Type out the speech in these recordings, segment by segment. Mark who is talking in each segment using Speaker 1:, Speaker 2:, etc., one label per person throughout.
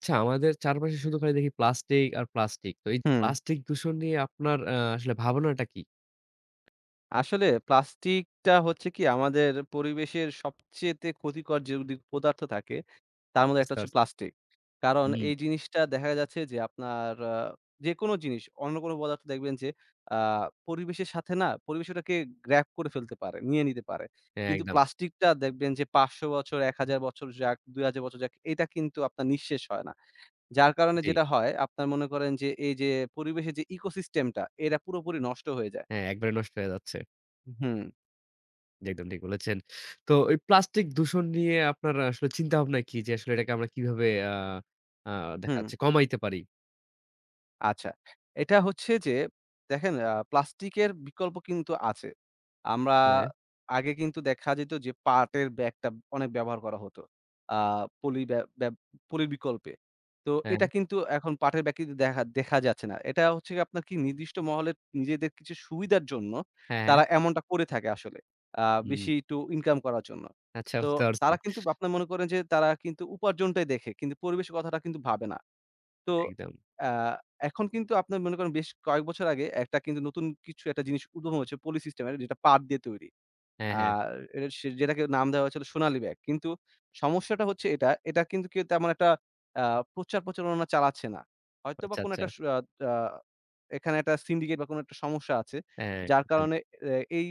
Speaker 1: আচ্ছা আমাদের চারপাশে শুধু খালি দেখি প্লাস্টিক আর প্লাস্টিক। তো এই যে
Speaker 2: হুম,
Speaker 1: প্লাস্টিক দূষণ নিয়ে আপনার আসলে ভাবনাটা কি?
Speaker 2: আসলে প্লাস্টিকটা হচ্ছে কি আমাদের পরিবেশের সবচেয়েতে ক্ষতিকর যে পদার্থ থাকে, তার মধ্যে একটা
Speaker 1: বুঝতে
Speaker 2: হচ্ছে
Speaker 1: পারছি।
Speaker 2: প্লাস্টিক। কারণ
Speaker 1: হুম।
Speaker 2: এই জিনিসটা দেখা যাচ্ছে যে আপনার যেকোনো জিনিস অন্য কোনো পদার্থ দেখবেন যে আ পরিবেশের সাথে না পরিবেশ ওটাকে গ্র্যাব করে ফেলতে পারে, নিয়ে নিতে পারে।
Speaker 1: হ্যাঁ,
Speaker 2: কিন্তু
Speaker 1: একদম।
Speaker 2: প্লাস্টিকটা দেখবেন যে ৫০০ বছর, ১,০০০ বছর যাক, ২,০০০ বছর যাক, এটা কিন্তু আপনার নিঃশেষ হয় না। যার কারণে
Speaker 1: জি।
Speaker 2: যেটা হয় আপনার মনে করেন যে এই যে পরিবেশের যে ইকোসিস্টেমটা, এরা পুরোপুরি নষ্ট হয়ে যায়।
Speaker 1: হ্যাঁ, একবারে নষ্ট হয়ে যাচ্ছে।
Speaker 2: হুম।
Speaker 1: জি, একদম ঠিক বলেছেন। তো এই প্লাস্টিক দূষণ নিয়ে আপনার আসলে চিন্তাভাবনা কি? যে আসলে এটাকে আমরা কিভাবে আ আ দেখা
Speaker 2: হুম,
Speaker 1: যাচ্ছে কমাইতে পারি?
Speaker 2: আচ্ছা। এটা হচ্ছে যে দেখেন প্লাস্টিকের বিকল্প কিন্তু আছে। আমরা
Speaker 1: হ্যাঁ,
Speaker 2: আগে কিন্তু দেখা যেত যে পাটের ব্যাগটা অনেক ব্যবহার করা হতো। আ পলি ব্যা ব্যা পলির বিকল্পে। তো
Speaker 1: হ্যাঁ,
Speaker 2: এটা কিন্তু এখন পাটের ব্যাগ কিন্তু দেখা দেখা যাচ্ছে না। এটা হচ্ছে গিয়ে আপনার কি নির্দিষ্ট মহলে নিজেদের কিছু সুবিধার জন্য
Speaker 1: হ্যাঁ,
Speaker 2: তারা
Speaker 1: হ্যাঁ।
Speaker 2: এমনটা করে থাকে আসলে। আ
Speaker 1: হুম।
Speaker 2: বেশি একটু ইনকাম করার জন্য।
Speaker 1: আচ্ছা
Speaker 2: তো
Speaker 1: বুঝতে পারছি।
Speaker 2: তারা কিন্তু আপনার মনে করেন যে তারা কিন্তু উপার্জনটাই দেখে। কিন্তু পরিবেশের কথাটা কিন্তু ভাবে না। তো
Speaker 1: একদম।
Speaker 2: আ এখন কিন্তু আপনার মনে করেন বেশ কয়েক বছর আগে একটা কিন্তু নতুন কিছু একটা জিনিস উদ্ভাবন হয়েছে পলি সিস্টেম এর যেটা পাট দিয়ে তৈরি।
Speaker 1: হ্যাঁ, হ্যাঁ।
Speaker 2: আর এটা সে যেটাকে নাম দেওয়া হয়েছিল সোনালী ব্যাগ। কিন্তু সমস্যাটা হচ্ছে এটা কিন্তু কেউ তেমন একটা আ প্রচারণা চালাচ্ছে না। হয়তোবা
Speaker 1: আচ্ছা,
Speaker 2: কোনো
Speaker 1: আচ্ছা।
Speaker 2: একটা স আ আ এখানে একটা সিন্ডিকেট বা কোনো একটা সমস্যা আছে।
Speaker 1: হ্যাঁ,
Speaker 2: যার
Speaker 1: একদম।
Speaker 2: কারণে এ এই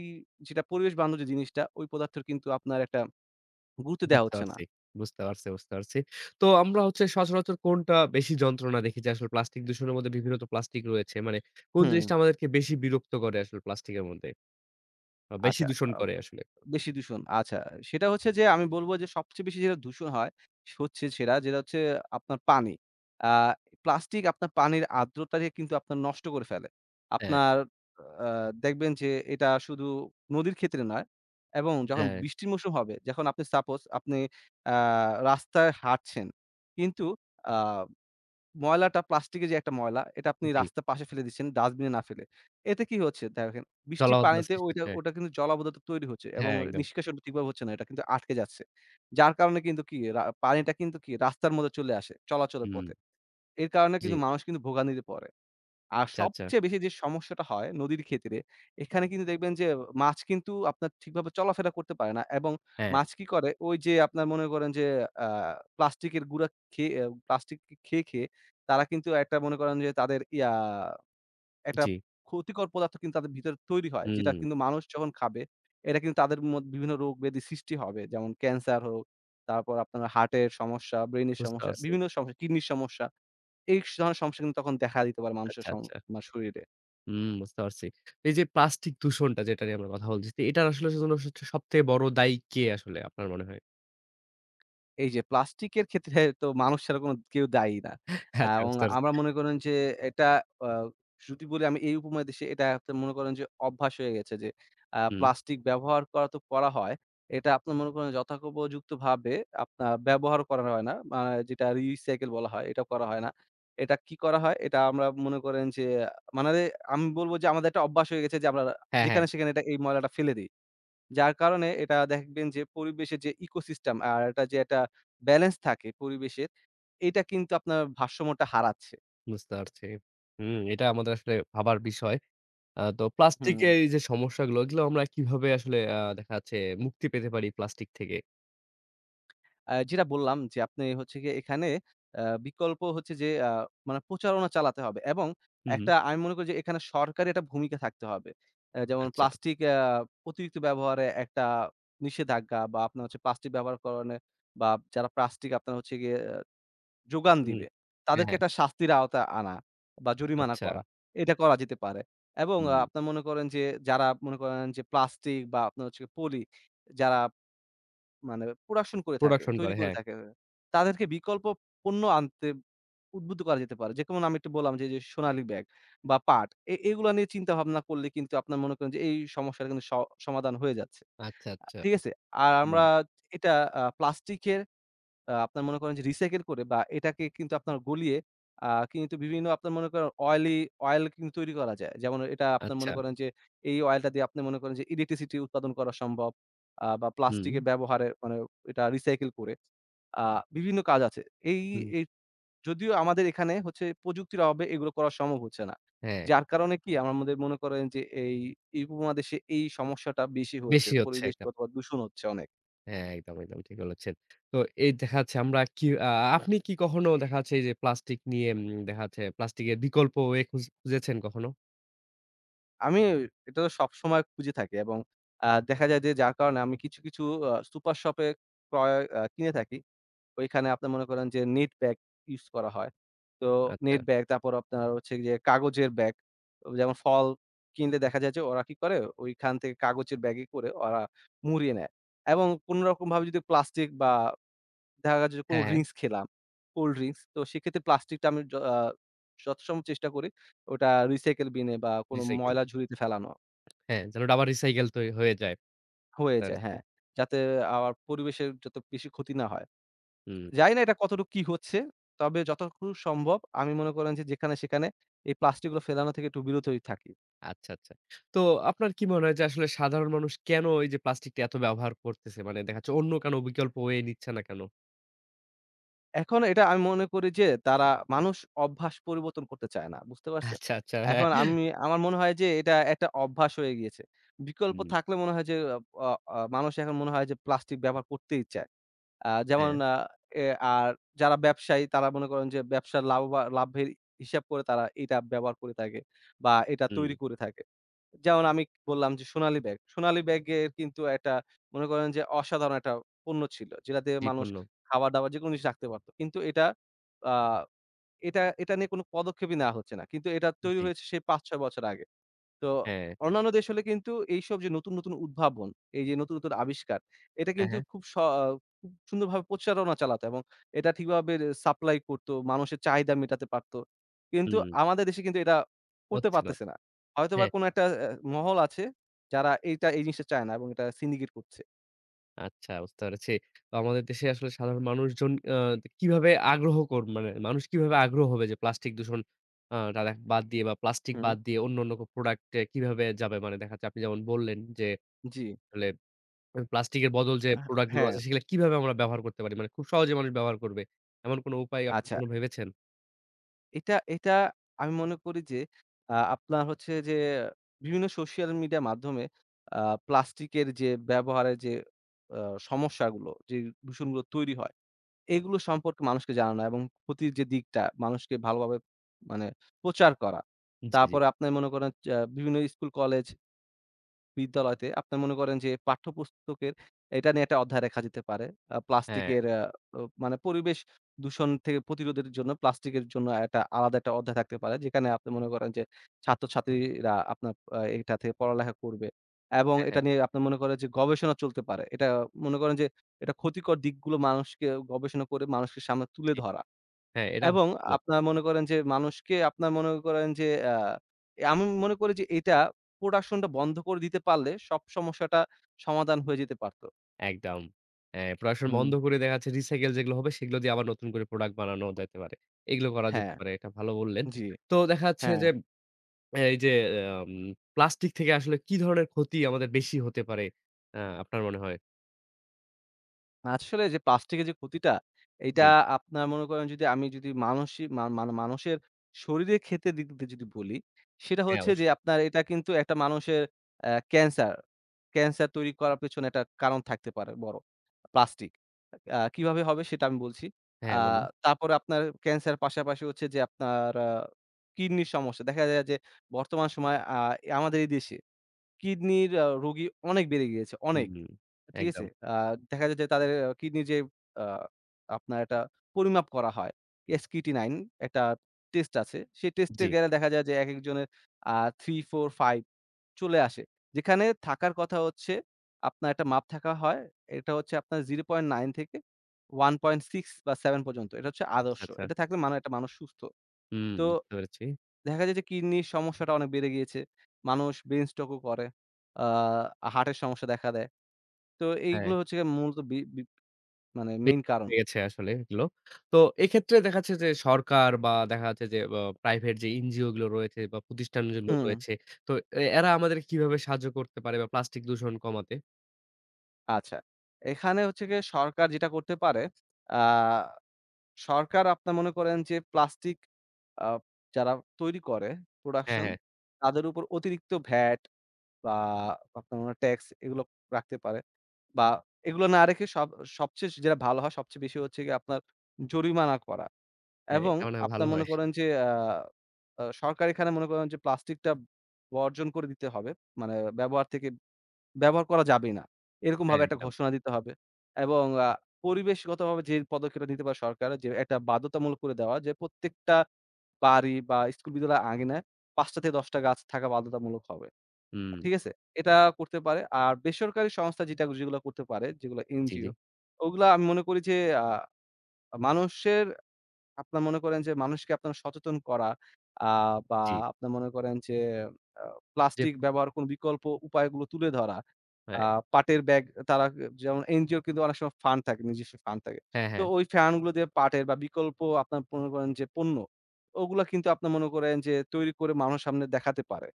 Speaker 2: যেটা পরিবেশ বান্ধব যে জিনিসটা ওই পদার্থের কিন্তু আপনার একটা গুরুত্ব দেয়া
Speaker 1: বুঝতে
Speaker 2: হচ্ছে না।
Speaker 1: পারছি, বুঝতে পারছি, বুঝতে পারছি। তো আমরা হচ্ছে সচরাচর কোনটা বেশি যন্ত্রণা দেখি যে আসলে প্লাস্টিক দূষণের মধ্যে বিভিন্ন তো প্লাস্টিক রয়েছে। মানে কোন
Speaker 2: হুম,
Speaker 1: জিনিসটা আমাদেরকে বেশি বিরক্ত করে আসলে প্লাস্টিকের মধ্যে? বা বেশি
Speaker 2: আচ্ছা।
Speaker 1: দূষণ
Speaker 2: আ
Speaker 1: করে আসলে?
Speaker 2: বেশি দূষণ। আচ্ছা, সেটা হচ্ছে যে আমি বলব যে সবচেয়ে বেশি যেটা দূষণ হয় হচ্ছে সেটা যেটা হচ্ছে আপনার পানি। আ প্লাস্টিক আপনার পানির আর্দ্রতাকে কিন্তু আপনার নষ্ট করে ফেলে।
Speaker 1: হ্যাঁ,
Speaker 2: আপনার আ দেখবেন যে এটা শুধু নদীর ক্ষেত্রে নয় এবং যখন
Speaker 1: হ্যাঁ,
Speaker 2: বৃষ্টির মৌসুম হবে, যখন আপনি সাপোজ আপনি আ রাস্তায় হাঁটছেন কিন্তু আ ময়লাটা প্লাস্টিকের যে একটা ময়লা, এটা আপনি
Speaker 1: জি।
Speaker 2: রাস্তার পাশে ফেলে দিচ্ছেন ডাস্টবিনে না ফেলে। এতে কি হচ্ছে? দেখেন বৃষ্টির
Speaker 1: জলাবদ্ধতা
Speaker 2: পানিতে
Speaker 1: সৃষ্টি হ্যাঁ,
Speaker 2: ওটা কিন্তু জলাবদ্ধতা তৈরি হচ্ছে এবং
Speaker 1: হ্যাঁ, একদম।
Speaker 2: নিষ্কাশন ঠিকভাবে হচ্ছে না। এটা কিন্তু আটকে যাচ্ছে। যার কারণে কিন্তু কি রা পানিটা কিন্তু রাস্তার মধ্যে চলে আসে চলাচলের
Speaker 1: হুম,
Speaker 2: পথে। এর কারণে
Speaker 1: জি।
Speaker 2: কিন্তু মানুষ কিন্তু ভোগান্তিতে পড়ে। আর
Speaker 1: আচ্ছা, আচ্ছা।
Speaker 2: সবচেয়ে বেশি যে সমস্যাটা হয় নদীর ক্ষেত্রে, এখানে কিন্তু দেখবেন যে মাছ কিন্তু আপনার ঠিকভাবে চলাফেরা করতে পারে না এবং
Speaker 1: হ্যাঁ,
Speaker 2: মাছ কি করে ওই যে আপনার মনে করেন যে আ প্লাস্টিকের গুড়া খেয়ে প্লাস্টিক খেয়ে তারা কিন্তু একটা মনে করেন যে তাদের ইয়া একটা
Speaker 1: জি।
Speaker 2: ক্ষতিকর পদার্থ কিন্তু তাদের ভিতরে তৈরি হয়।
Speaker 1: হুম,
Speaker 2: যেটা কিন্তু মানুষ যখন খাবে, এটা কিন্তু তাদের বিভিন্ন রোগ ব্যাধি সৃষ্টি হবে। যেমন ক্যান্সার হোক, তারপর আপনার হার্টের সমস্যা, ব্রেইনের
Speaker 1: বুঝতে
Speaker 2: সমস্যা,
Speaker 1: পারছি।
Speaker 2: বিভিন্ন সমস্যা, কিডনির সমস্যা। এই স ধরনের সমস্যা কিন্তু তখন দেখা দিতে পারে মানুষের
Speaker 1: আচ্ছা,
Speaker 2: সং
Speaker 1: আচ্ছা।
Speaker 2: মা শরীরে।
Speaker 1: হুম, বুঝতে পারছি। এই যে প্লাস্টিক দূষণটা যেটা নিয়ে আমরা কথা বলতেছি, এটার আসলে জন্য হচ্ছে সবথেকে বড় দায়ী কে আসলে আপনার মনে হয়?
Speaker 2: এই যে প্লাস্টিকের ক্ষেত্রে তো মানুষ ছাড়া কোনো কেউ দায়ী না।
Speaker 1: আচ্ছা
Speaker 2: এবং
Speaker 1: বুঝতে
Speaker 2: আমরা
Speaker 1: পারছি।
Speaker 2: মনে করেন যে এটা আ যদি বলি আমি এই উপমহাদেশে এটা আপনার মনে করেন যে অভ্যাস হয়ে গেছে যে
Speaker 1: হুম।
Speaker 2: প্লাস্টিক ব্যবহার করা তো করা হয়। এটা আপনার মনে করেন যথাযোগ্যযুক্তভাবে আপনার ব্যবহার করা হয় না। যেটা রিসাইকেল বলা হয় এটা করা হয় না। এটা কি করা হয়? এটা আমরা মনে করেন যে মানে আমি বলব যে আমাদের একটা অভ্যাস হয়ে গেছে যে আমরা
Speaker 1: হ্যাঁ, হ্যাঁ।
Speaker 2: যেখানে সেখানে এটা এই ময়লাটা ফেলে দেই। যার কারণে এটা দেখবেন যে পরিবেশের যে ইকোসিস্টেম আর এটা যে একটা ব্যালেন্স থাকে পরিবেশের, এটা কিন্তু আপনার ভারসাম্যটা হারাচ্ছে।
Speaker 1: বুঝতে পারছি। হুম, এটা আমাদের আসলে ভাবার বিষয়। তো
Speaker 2: হুম।
Speaker 1: প্লাস্টিকের এই যে সমস্যাগুলো, এগুলো আমরা কিভাবে আসলে দেখা যাচ্ছে মুক্তি পেতে পারি প্লাস্টিক থেকে?
Speaker 2: যেটা বললাম যে আপনি হচ্ছে গিয়ে এখানে বিকল্প হচ্ছে যে মানে প্রচারণা চালাতে হবে এবং
Speaker 1: হুম, হুম।
Speaker 2: একটা আমি মনে করি যে এখানে সরকারের একটা ভূমিকা থাকতে হবে। যেমন
Speaker 1: আচ্ছা।
Speaker 2: প্লাস্টিক অতিরিক্ত ব্যবহারে একটা নিষেধাজ্ঞা বা আপনার হচ্ছে প্লাস্টিক ব্যবহার করণে বা যারা প্লাস্টিক আপনার হচ্ছে গিয়ে যোগান
Speaker 1: হুম।
Speaker 2: দিবে।
Speaker 1: হ্যাঁ,
Speaker 2: তাদেরকে
Speaker 1: হ্যাঁ।
Speaker 2: একটা শাস্তির আওতায় আনা বা জরিমানা
Speaker 1: আচ্ছা।
Speaker 2: করা। এটা করা যেতে পারে। এবং
Speaker 1: হুম।
Speaker 2: আপনার মনে করেন যে যারা মনে করেন যে প্লাস্টিক বা আপনার হচ্ছে পলি যারা মানে প্রোডাকশন করে থাকে,
Speaker 1: প্রোডাকশন
Speaker 2: তৈরি
Speaker 1: করে,
Speaker 2: করে
Speaker 1: হ্যাঁ।
Speaker 2: থাকে, তাদেরকে বিকল্প পণ্য আনতে উদ্বুদ্ধ করা যেতে পারে। যেমন আমি একটু বললাম যে, যে সোনালী ব্যাগ বা পাট এগুলা নিয়ে চিন্তা ভাবনা করলে কিন্তু আপনার মনে করেন যে এই সমস্যাটা কিন্তু সমাধান হয়ে যাচ্ছে।
Speaker 1: আচ্ছা, আচ্ছা।
Speaker 2: ঠিক আছে? আর
Speaker 1: হুম।
Speaker 2: আমরা এটা প্লাস্টিকের আপনার মনে করেন যে রিসাইকেল করে বা এটাকে কিন্তু আপনার গলিয়ে আ কিন্তু বিভিন্ন আপনার মনে করেন অয়েল কিন্তু তৈরি করা যায়। যেমন এটা আপনার
Speaker 1: আচ্ছা।
Speaker 2: মনে করেন যে এই অয়েলটা দিয়ে আপনি মনে করেন যে ইলেকট্রিসিটি উৎপাদন করা সম্ভব। বা
Speaker 1: হুম,
Speaker 2: প্লাস্টিকের ব্যবহারে মানে এটা রিসাইকেল করে। আ বিভিন্ন কাজ আছে। এই
Speaker 1: হুম।
Speaker 2: এই যদিও আমাদের এখানে হচ্ছে প্রযুক্তির অভাবে এগুলো করা সম্ভব হচ্ছে না।
Speaker 1: হ্যাঁ,
Speaker 2: যার কারণে কি আমাদের মনে করেন যে এই এই উপমহাদেশে এই সমস্যাটা বেশি হচ্ছে।
Speaker 1: বেশি হচ্ছে একদম।
Speaker 2: পরিবেশগত বা দূষণ হচ্ছে অনেক।
Speaker 1: হ্যাঁ, একদম, একদম ঠিক বলেছেন। তো এই দেখা যাচ্ছে আমরা কি আপনি কি কখনো দেখা যাচ্ছে এই যে প্লাস্টিক নিয়ে দেখা যাচ্ছে প্লাস্টিকের বিকল্প ওয়ে খুঁজেছেন কখনো?
Speaker 2: আমি এটা তো সবসময় খুঁজে থাকি এবং দেখা যায় যে যার কারণে আমি কিছু সুপার শপে ক্রয় আ কিনে থাকি। ওইখানে আপনার মনে করেন যে নেট ব্যাগ ইউস করা হয়। তো
Speaker 1: আচ্ছা।
Speaker 2: নেট ব্যাগ তারপর আপনার হচ্ছে গিয়ে কাগজের ব্যাগ। যেমন ফল কিনলে দেখা যায় যে ওরা কি করে ওইখান থেকে কাগজের ব্যাগে করে ওরা মুড়িয়ে নেয়। এবং কোন রকমভাবে যদি প্লাস্টিক বা দেখা গেছে যে কোন
Speaker 1: হ্যাঁ, হ্যাঁ।
Speaker 2: ড্রিংকস খেলাম, কোল্ড ড্রিংকস তো সেক্ষেত্রে প্লাস্টিকটা আমি য আ যথাসম্ভব চেষ্টা করি ওটা রিসাইকেল বিন এ বা কোন
Speaker 1: রিসাইকেল
Speaker 2: ময়লা ঝুড়িতে ফেলানো।
Speaker 1: হ্যাঁ, যেন ওটা আবার রিসাইকেল তো হয়ে যায়
Speaker 2: হয়ে
Speaker 1: আপনার
Speaker 2: যায়,
Speaker 1: হচ্ছে
Speaker 2: হ্যাঁ। যাতে আবার পরিবেশের যত বেশি ক্ষতি না হয়।
Speaker 1: হুম,
Speaker 2: জানি না এটা কতটুকু কি হচ্ছে। তবে যতটুকু সম্ভব আমি মনে করেন যে যেখানে সেখানে এই প্লাস্টিক গুলো ফেলানো থেকে একটু বিরতই থাকি।
Speaker 1: আচ্ছা, আচ্ছা। তো আপনার কি মনে হয় যে আসলে সাধারণ মানুষ কেন এই যে প্লাস্টিকটা এত ব্যবহার করতেছে? মানে দেখা যাচ্ছে অন্য কেন বিকল্প ওয়ে নিচ্ছে না কেন?
Speaker 2: এখন এটা আমি মনে করি যে তারা মানুষ অভ্যাস পরিবর্তন করতে চায় না। বুঝতে পারছেন?
Speaker 1: আচ্ছা, আচ্ছা। হ্যাঁ।
Speaker 2: এখন আমি আমার মনে হয় যে এটা একটা অভ্যাস হয়ে গিয়েছে। বিকল্প
Speaker 1: হুম,
Speaker 2: থাকলে মনে হয় যে আ আ মানুষ এখন মনে হয় যে প্লাস্টিক ব্যবহার করতেই চায়। না। আ যেমন
Speaker 1: হ্যাঁ,
Speaker 2: আ এ আর যারা ব্যবসায়ী তারা মনে করেন যে ব্যবসার লাভবা লাভের হিসাব করে তারা এটা ব্যবহার করে থাকে বা এটা
Speaker 1: হুম।
Speaker 2: তৈরি করে থাকে। যেমন আমি বললাম যে সোনালী ব্যাগ। সোনালী ব্যাগের কিন্তু একটা মনে করেন যে অসাধারণ একটা পণ্য ছিল। যেটা দিয়ে
Speaker 1: জি,
Speaker 2: মানুষ
Speaker 1: পণ্য।
Speaker 2: খাবার-দাবার যেকোনো জিনিস রাখতে পারত। কিন্তু এটা আ এটা এটা নিয়ে কোনো পদক্ষেপই নেয়া হচ্ছে না। কিন্তু এটা তৈরি
Speaker 1: জি।
Speaker 2: হয়েছে সেই ৫-৬ বছর আগে। তো
Speaker 1: হ্যাঁ,
Speaker 2: অন্যান্য দেশ হলে কিন্তু এইসব যে নতুন উদ্ভাবন, এই যে নতুন আবিষ্কার, এটা
Speaker 1: হ্যাঁ,
Speaker 2: কিন্তু
Speaker 1: হ্যাঁ।
Speaker 2: খুব সুন্দরভাবে প্রচারণা চালাতো এবং এটা ঠিকভাবে সাপ্লাই করত, মানুষের চাহিদা মেটাতে পারত। কিন্তু
Speaker 1: হুম,
Speaker 2: আমাদের দেশে কিন্তু এটা করতে
Speaker 1: হচ্ছে না।
Speaker 2: পারতেছে না। হয়তোবা
Speaker 1: হ্যাঁ।
Speaker 2: কোনো একটা মহল আছে যারা এই জিনিসটা চায় না এবং এটা syndicate করছে।
Speaker 1: আচ্ছা বুঝতে পেরেছি। তো আমাদের দেশে আসলে সাধারণ মানুষজন কিভাবে আগ্রহ কর মানে মানুষ কিভাবে আগ্রহ হবে যে প্লাস্টিক দূষণ আ টা দে বাদ দিয়ে বা প্লাস্টিক
Speaker 2: হুম।
Speaker 1: বাদ দিয়ে অন্য, অন্য প্রোডাক্ট এ কিভাবে যাবে? মানে দেখা যাচ্ছে আপনি যেমন বললেন যে
Speaker 2: জি।
Speaker 1: আসলে প্লাস্টিকের বদল যে
Speaker 2: আহ
Speaker 1: প্রোডাক্ট গুলো
Speaker 2: হ্যাঁ,
Speaker 1: আছে সেগুলা কিভাবে আমরা ব্যবহার করতে পারি? মানে খুব সহজে মানুষ ব্যবহার করবে। এমন কোন উপায় আপনি
Speaker 2: আচ্ছা।
Speaker 1: কখনো ভেবেছেন?
Speaker 2: এটা এটা আমি মনে করি যে আপনার হচ্ছে যে বিভিন্ন সোশ্যাল মিডিয়ার মাধ্যমে আ প্লাস্টিকের যে ব্যবহারের যে আ সমস্যাগুলো, যে দূষণগুলো তৈরি হয়, এগুলো সম্পর্কে মানুষকে জানানো এবং ক্ষতির যে দিকটা মানুষকে ভালোভাবে মানে প্রচার করা।
Speaker 1: জি, জি।
Speaker 2: তারপরে আপনার মনে করেন বিভিন্ন স্কুল, কলেজ বিদ্যালয়তে আপনার মনে করেন যে পাঠ্যপুস্তকের এটা নিয়ে একটা অধ্যায় রাখা যেতে পারে। আ
Speaker 1: হ্যাঁ,
Speaker 2: প্লাস্টিকের আ ও মানে পরিবেশ দূষণ থেকে প্রতিরোধের জন্য প্লাস্টিকের জন্য একটা আলাদা একটা অধ্যায় থাকতে পারে। যেখানে আপনি মনে করেন যে ছাত্রছাত্রীরা আপনার এটা থেকে পড়ালেখা করবে। এবং
Speaker 1: হ্যাঁ,
Speaker 2: এটা
Speaker 1: হ্যাঁ।
Speaker 2: নিয়ে আপনি মনে করেন যে গবেষণা চলতে পারে। মনে করেন যে এটা ক্ষতিকর দিকগুলো মানুষকে গবেষণা করে মানুষের সামনে তুলে
Speaker 1: জি।
Speaker 2: ধরা।
Speaker 1: হ্যাঁ, এটা
Speaker 2: এবং
Speaker 1: ভালো বললেন।
Speaker 2: আপনার মনে করেন যে মানুষকে আপনার মনে করেন যে আ আমি মনে করি যে এটা প্রোডাকশনটা বন্ধ করে দিতে পারলে সব সমস্যাটা সমাধান হয়ে যেতে পারত।
Speaker 1: একদম। হ্যাঁ, প্রোডাকশন
Speaker 2: হুম।
Speaker 1: বন্ধ করে দেখা যাচ্ছে রিসাইকেল যেগুলো হবে সেগুলো দিয়ে আবার নতুন করে প্রোডাক্ট বানানো যাইতে পারে। এগুলো করা যেতে
Speaker 2: হ্যাঁ,
Speaker 1: পারে। এটা ভালো বললেন।
Speaker 2: জি,
Speaker 1: তো দেখা যাচ্ছে
Speaker 2: হ্যাঁ।
Speaker 1: যে এই যে আম প্লাস্টিক থেকে আসলে কি ধরনের ক্ষতি আমাদের বেশি হতে পারে আপনার মনে হয়?
Speaker 2: আসলে যে প্লাস্টিকের যে ক্ষতিটা,
Speaker 1: জি।
Speaker 2: এইটা আপনার মনে করেন যদি আমি যদি মানসি মা মানে মানুষের শরীরে ক্ষেতে দিক দিয়ে যদি বলি, সেটা
Speaker 1: হ্যাঁ,
Speaker 2: হচ্ছে যে
Speaker 1: অবশ্যই।
Speaker 2: আপনার এটা কিন্তু একটা মানুষের অ্যা ক্যান্সার, ক্যান্সার তৈরি করার পেছনে একটা কারণ থাকতে পারে বড়, প্লাস্টিক। কিভাবে হবে সেটা আমি বলছি। আ
Speaker 1: হ্যাঁ, বলুন।
Speaker 2: তারপরে আপনার ক্যান্সার পাশাপাশি হচ্ছে যে আপনার কিডনির সমস্যা। দেখা যায় যে বর্তমান সময়ে আমাদের এই দেশে কিডনির রোগী অনেক বেড়ে গিয়েছে, অনেক।
Speaker 1: হুম,
Speaker 2: ঠিক আছে?
Speaker 1: একদম।
Speaker 2: দেখা যায় যে তাদের কিডনির যে আ আপনার একটা পরিমাপ করা হয়। SCT9 একটা টেস্ট আছে। সেই টেস্টে
Speaker 1: জি।
Speaker 2: গেলে দেখা যায় যে একেকজনের আ 3, 4, 5 চলে আসে। যেখানে থাকার কথা হচ্ছে আপনার একটা মাপ থাকা হয়। এটা হচ্ছে আপনার 0.9 থেকে 1.6 বা 7 পর্যন্ত। এটা হচ্ছে
Speaker 1: আচ্ছা,
Speaker 2: আদর্শ।
Speaker 1: আচ্ছা।
Speaker 2: এটা থাকলে মানে একটা মানুষ সুস্থ।
Speaker 1: হুম,
Speaker 2: তো
Speaker 1: বুঝতে পেরেছি।
Speaker 2: দেখা যায় যে কিডনির সমস্যাটা অনেক বেড়ে গিয়েছে। মানুষ ব্রেইন স্ট্রোকও করে। আ হার্টের সমস্যা দেখা দেয়। তো
Speaker 1: হ্যাঁ।
Speaker 2: এইগুলো হচ্ছে গিয়ে মূলত বি বি মানে মেইন
Speaker 1: বেশি
Speaker 2: কারণ।
Speaker 1: হয়ে গেছে আসলে এগুলো। তো এক্ষেত্রে দেখা যাচ্ছে যে সরকার বা দেখা যাচ্ছে যে প্রাইভেট যে এনজিও গুলো রয়েছে বা প্রতিষ্ঠানগুলো
Speaker 2: হুম,
Speaker 1: রয়েছে, তো এরা আমাদের কিভাবে সাহায্য করতে পারে বা প্লাস্টিক দূষণ কমাতে?
Speaker 2: আচ্ছা। এখানে হচ্ছে গিয়ে সরকার যেটা করতে পারে, আ সরকার আপনার মনে করেন যে প্লাস্টিক আ যারা তৈরি করে
Speaker 1: হ্যাঁ,
Speaker 2: প্রোডাকশন
Speaker 1: হ্যাঁ,
Speaker 2: তাদের উপর অতিরিক্ত VAT বা আপনার মনে ট্যাক্স এগুলো রাখতে পারে। বা এগুলো না রেখে সব সবচেয়ে যেটা ভালো হয় সবচেয়ে বেশি হচ্ছে গিয়ে আপনার জরিমানা করা।
Speaker 1: হ্যাঁ,
Speaker 2: এবং
Speaker 1: এটা মনে হয় ভালো
Speaker 2: আপনার মনে
Speaker 1: হয়।
Speaker 2: করেন যে আ আ সরকার এখানে মনে করেন যে প্লাস্টিকটা বর্জন করে দিতে হবে। মানে ব্যবহার থেকে ব্যবহার করা যাবে না।
Speaker 1: হ্যাঁ,
Speaker 2: এরকমভাবে একটা
Speaker 1: একদম।
Speaker 2: ঘোষণা দিতে হবে। এবং পরিবেশগতভাবে যে পদক্ষেপটা নিতে পারে সরকার যে একটা বাধ্যতামূলক করে দেওয়া যে প্রত্যেকটা বাড়ি বা স্কুল, বিদ্যালয়ের আঙিনায় ৫ টা থেকে ১০ টা গাছ থাকা বাধ্যতামূলক হবে।
Speaker 1: হুম,
Speaker 2: ঠিক আছে? এটা করতে পারে। আর বেসরকারি সংস্থা যেটা যেগুলা করতে পারে, যেগুলো
Speaker 1: জি, জি,
Speaker 2: এনজিও ওগুলা আমি মনে করি যে আ মানুষের আপনার মনে করেন যে মানুষকে আপনার সচেতন করা আ বা
Speaker 1: জি।
Speaker 2: আপনার মনে করেন যে আ
Speaker 1: যে
Speaker 2: প্লাস্টিক ব্যবহার কোন বিকল্প উপায়গুলো তুলে ধরা।
Speaker 1: হ্যাঁ,
Speaker 2: আ পাটের ব্যাগ তারা যেমন এনজিওর কিন্তু অনেক সময় ফান্ড থাকে, নিজস্ব ফান্ড থাকে।
Speaker 1: হ্যাঁ,
Speaker 2: তো
Speaker 1: হ্যাঁ,
Speaker 2: ওই ফান্ড গুলো দিয়ে পাটের বা বিকল্প আপনার মনে করেন যে পণ্য, ওগুলা কিন্তু আপনার মনে করেন যে তৈরি করে মানুষের সামনে দেখাতে পারে।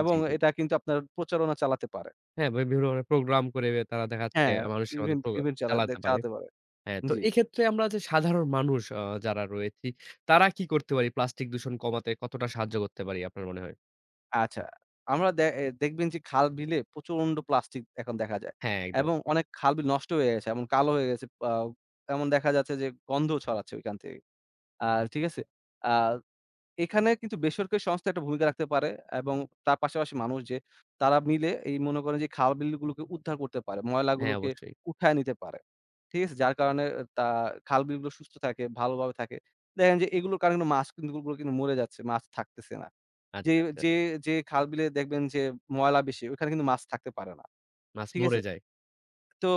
Speaker 2: এবং
Speaker 1: জি, জি।
Speaker 2: এটা কিন্তু আপনার প্রচারণা চালাতে পারে।
Speaker 1: হ্যাঁ, বা বিভিন্ন ধরনের প্রোগ্রাম করে তারা দেখা যাচ্ছে
Speaker 2: হ্যাঁ,
Speaker 1: মানুষের মাঝে
Speaker 2: ইভেন্ট ইভেন্ট চালা
Speaker 1: চালাতে পারে।
Speaker 2: চালাতে পারে।
Speaker 1: হ্যাঁ, তো
Speaker 2: জি।
Speaker 1: এক্ষেত্রে আমরা যে সাধারণ মানুষ যারা রয়েছি, তারা কি করতে পারি প্লাস্টিক দূষণ কমাতে কতটা সাহায্য করতে পারি আপনার মনে হয়?
Speaker 2: আচ্ছা। আমরা দে এ দেখবেন যে খাল-বিলে প্রচন্ড প্লাস্টিক এখন দেখা যায়।
Speaker 1: হ্যাঁ, একদম।
Speaker 2: এবং অনেক খাল-বিল নষ্ট হয়ে গেছে। এমন কালো হয়ে গেছে। এমন দেখা যাচ্ছে যে গন্ধ ছড়াচ্ছে ঐখান থেকে। আর ঠিক আছে? আ এখানে কিন্তু বেসরকারি সংস্থা একটা ভূমিকা রাখতে পারে এবং তার পাশাপাশি মানুষ যে তারা মিলে এই মনে করেন যে খাল-বিলগুলোকে উদ্ধার করতে পারে।
Speaker 1: হ্যাঁ,
Speaker 2: ময়লাগুলোকে
Speaker 1: অবশ্যই।
Speaker 2: উঠায় নিতে পারে। ঠিক আছে? যার কারণে তা খাল-বিলগুলো সুস্থ থাকে, ভালোভাবে থাকে। দেখেন যে এগুলোর কারণে কিন্তু মাছ কিন্তু গুলো কিন্তু মরে যাচ্ছে, মাছ থাকতেছে না। যে
Speaker 1: আচ্ছা, আচ্ছা।
Speaker 2: যে যে খাল-বিলে দেখবেন যে ময়লা বেশি, ওখানে কিন্তু মাছ থাকতে পারে না।
Speaker 1: মাছ
Speaker 2: ঠিক
Speaker 1: মরে
Speaker 2: আছে?
Speaker 1: যায়।
Speaker 2: তো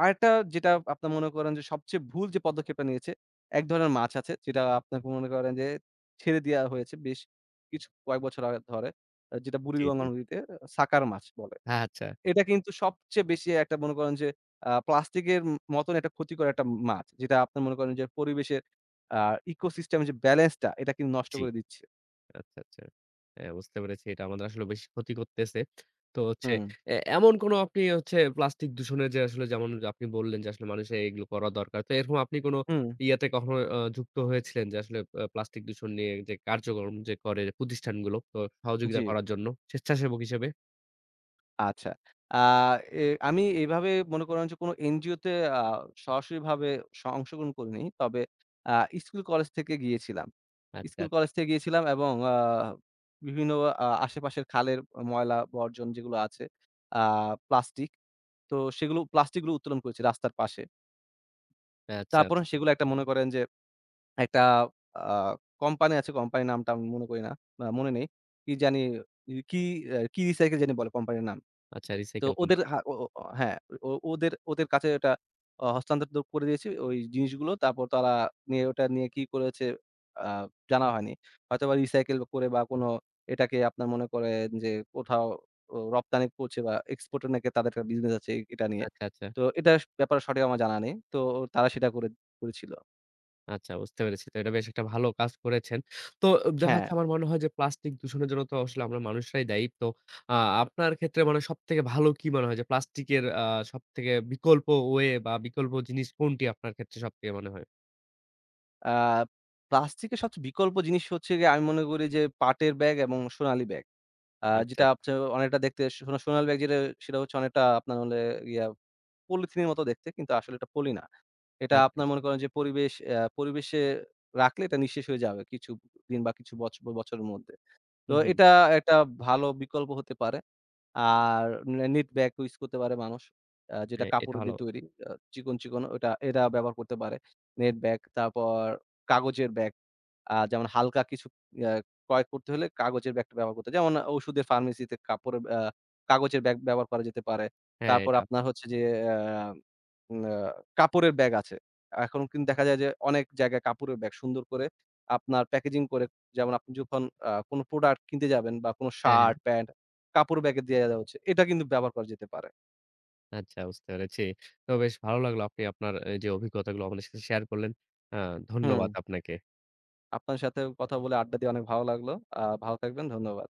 Speaker 2: আরেকটা যেটা আপনার মনে করেন যে সবচেয়ে ভুল যে পদক্ষেপটা নিয়েছে, এক ধরনের মাছ আছে যেটা আপনাকে মনে করেন যে ছেড়ে দেয়া হয়েছে বেশ কিছু কয়েক বছর আগে ধরে। যেটা
Speaker 1: জি, জি।
Speaker 2: বুড়িগঙ্গা নদীতে সাকার মাছ বলে।
Speaker 1: হ্যাঁ, আচ্ছা।
Speaker 2: এটা কিন্তু সবচেয়ে বেশি একটা মনে করেন যে প্লাস্টিকের মতন একটা ক্ষতিকর একটা মাছ। যেটা আপনার মনে করেন যে পরিবেশের আ ইকোসিস্টেম এর যে ব্যালেন্সটা এটা কিন্তু নষ্ট
Speaker 1: জি।
Speaker 2: করে দিচ্ছে।
Speaker 1: আচ্ছা, আচ্ছা। হ্যাঁ, বুঝতে পেরেছি। এটা আমাদের আসলে বেশি ক্ষতি করতেছে। তো হচ্ছে
Speaker 2: হুম।
Speaker 1: এমন কোনো আপনি হচ্ছে প্লাস্টিক দূষণের যে আসলে যেমন আপনি বললেন যে আসলে মানুষের এগুলো করা দরকার। তো এরকম আপনি কোনো
Speaker 2: হুম,
Speaker 1: ইয়াতে কখনো যুক্ত হয়েছিলেন যে আসলে প্লাস্টিক দূষণ নিয়ে যে কার্যক্রম যে করে প্রতিষ্ঠানগুলো তো
Speaker 2: জি।
Speaker 1: সহযোগিতা করার জন্য স্বেচ্ছাসেবক হিসেবে?
Speaker 2: আচ্ছা। আ এ আমি এভাবে মনে করেন যে কোনো এনজিওতে আ সরাসরিভাবে অংশগ্রহণ করিনি। তবে আ স্কুল কলেজ থেকে গিয়েছিলাম।
Speaker 1: আচ্ছা,
Speaker 2: স্কুল
Speaker 1: আচ্ছা।
Speaker 2: কলেজ থেকে গিয়েছিলাম এবং বিভিন্ন আশেপাশের খালের ময়লা বর্জন যেগুলো আছে, আ প্লাস্টিক। তো সেগুলো প্লাস্টিকগুলো উত্তোলন করেছি রাস্তার পাশে।
Speaker 1: আচ্ছা,
Speaker 2: তারপরে
Speaker 1: বুঝতে
Speaker 2: সেগুলো একটা মনে করেন যে একটা আ কোম্পানি আছে, কোম্পানির নামটা আমি মনে করি না। মনে নেই। কি জানি কি, কি রিসাইকেল জানি বলে কোম্পানির নাম।
Speaker 1: আচ্ছা,
Speaker 2: তো
Speaker 1: রিসাইকেল
Speaker 2: ওদের
Speaker 1: কোম্পানি।
Speaker 2: হা ও ও অ হ্যাঁ, ও ওদের ওদের কাছে ওটা হস্তান্তর করে দিয়েছি ওই জিনিসগুলো। তারপর তারা ওটা নিয়ে কি করেছে আ জানা হয়নি। হয়তোবা রিসাইকেল করে বা কোনো এটাকে আপনার মনে করেন যে কোথাও রপ্তানি করছে বা এক্সপোর্ট এর নাকি তাদের একটা বিজনেস আছে এটা নিয়ে।
Speaker 1: আচ্ছা, আচ্ছা।
Speaker 2: তো এটা ব্যাপারে সঠিক আমার জানা নেই। তো তারা সেটা করে করেছিল।
Speaker 1: আচ্ছা বুঝতে পেরেছি। তো এটা বেশ একটা ভালো কাজ করেছেন। তো দেখা
Speaker 2: হ্যাঁ,
Speaker 1: যাচ্ছে আমার মনে হয় যে প্লাস্টিক দূষণের জন্য তো আসলে আমরা মানুষরাই দায়ী। তো আ আপনার ক্ষেত্রে মানে সবথেকে ভালো কি মনে হয় যে প্লাস্টিকের সবথেকে বিকল্প ওয়ে বা বিকল্প জিনিস কোনটি আপনার ক্ষেত্রে সবথেকে মনে হয়?
Speaker 2: আ প্লাস্টিকের সবচেয়ে বিকল্প জিনিস হচ্ছে গিয়ে আমি মনে করি যে পাটের ব্যাগ এবং সোনালী ব্যাগ।
Speaker 1: আচ্ছা,
Speaker 2: যেটা
Speaker 1: আচ্ছা,
Speaker 2: আপনার অনেকটা দেখতে সোনালী ব্যাগ যেটা সেটা হচ্ছে অনেকটা আপনার হলে ইয়া পলিথিনের মতো দেখতে কিন্তু আসলে এটা পলি না। এটা
Speaker 1: আচ্ছা,
Speaker 2: আপনার
Speaker 1: আচ্ছা।
Speaker 2: মনে করেন যে পরিবেশে রাখলে এটা নিঃশেষ হয়ে যাবে কিছু দিন বা কিছু বছ বছরের মধ্যে। তো
Speaker 1: হুম, হুম।
Speaker 2: এটা একটা ভালো বিকল্প হতে পারে। আর নেট ব্যাগ ইউজ করতে পারে মানুষ। যেটা
Speaker 1: হ্যাঁ, এটা
Speaker 2: কাপড়
Speaker 1: ভালো।
Speaker 2: দিয়ে তৈরি। চিকন, চিকন ওটা এরা ব্যবহার করতে পারে। নেট ব্যাগ, তারপর কাগজের ব্যাগ। যেমন হালকা কিছু ইয়া ক্রয় করতে হলে কাগজের ব্যাগটা ব্যবহার করতে যেমন ওষুধের ফার্মেসিতে কাপড়ের আ কাগজের ব্যাগ ব্যবহার করা যেতে পারে।
Speaker 1: হ্যাঁ,
Speaker 2: তারপর
Speaker 1: এটা।
Speaker 2: আপনার হচ্ছে যে আ উম আ কাপড়ের ব্যাগ আছে। এখন কিন্তু দেখা যায় যে অনেক জায়গায় কাপড়ের ব্যাগ সুন্দর করে আপনার প্যাকেজিং করে যেমন আপনি যখন কোন প্রোডাক্ট কিনতে যাবেন বা কোন
Speaker 1: হ্যাঁ, হ্যাঁ।
Speaker 2: শার্ট, প্যান্ট কাপড় ব্যাগে দিয়ে দেওয়া উচিত। এটা কিন্তু ব্যবহার করা যেতে পারে।
Speaker 1: আচ্ছা বুঝতে পেরেছি। তো বেশ ভালো লাগলো আপনি আপনার এই যে অভিজ্ঞতাগুলো আমাদের সাথে শেয়ার করলেন। আ
Speaker 2: হুম।
Speaker 1: ধন্যবাদ আপনাকে।
Speaker 2: আপনার সাথে কথা বলে আড্ডা দিয়ে অনেক ভালো লাগলো। ভালো থাকবেন। ধন্যবাদ।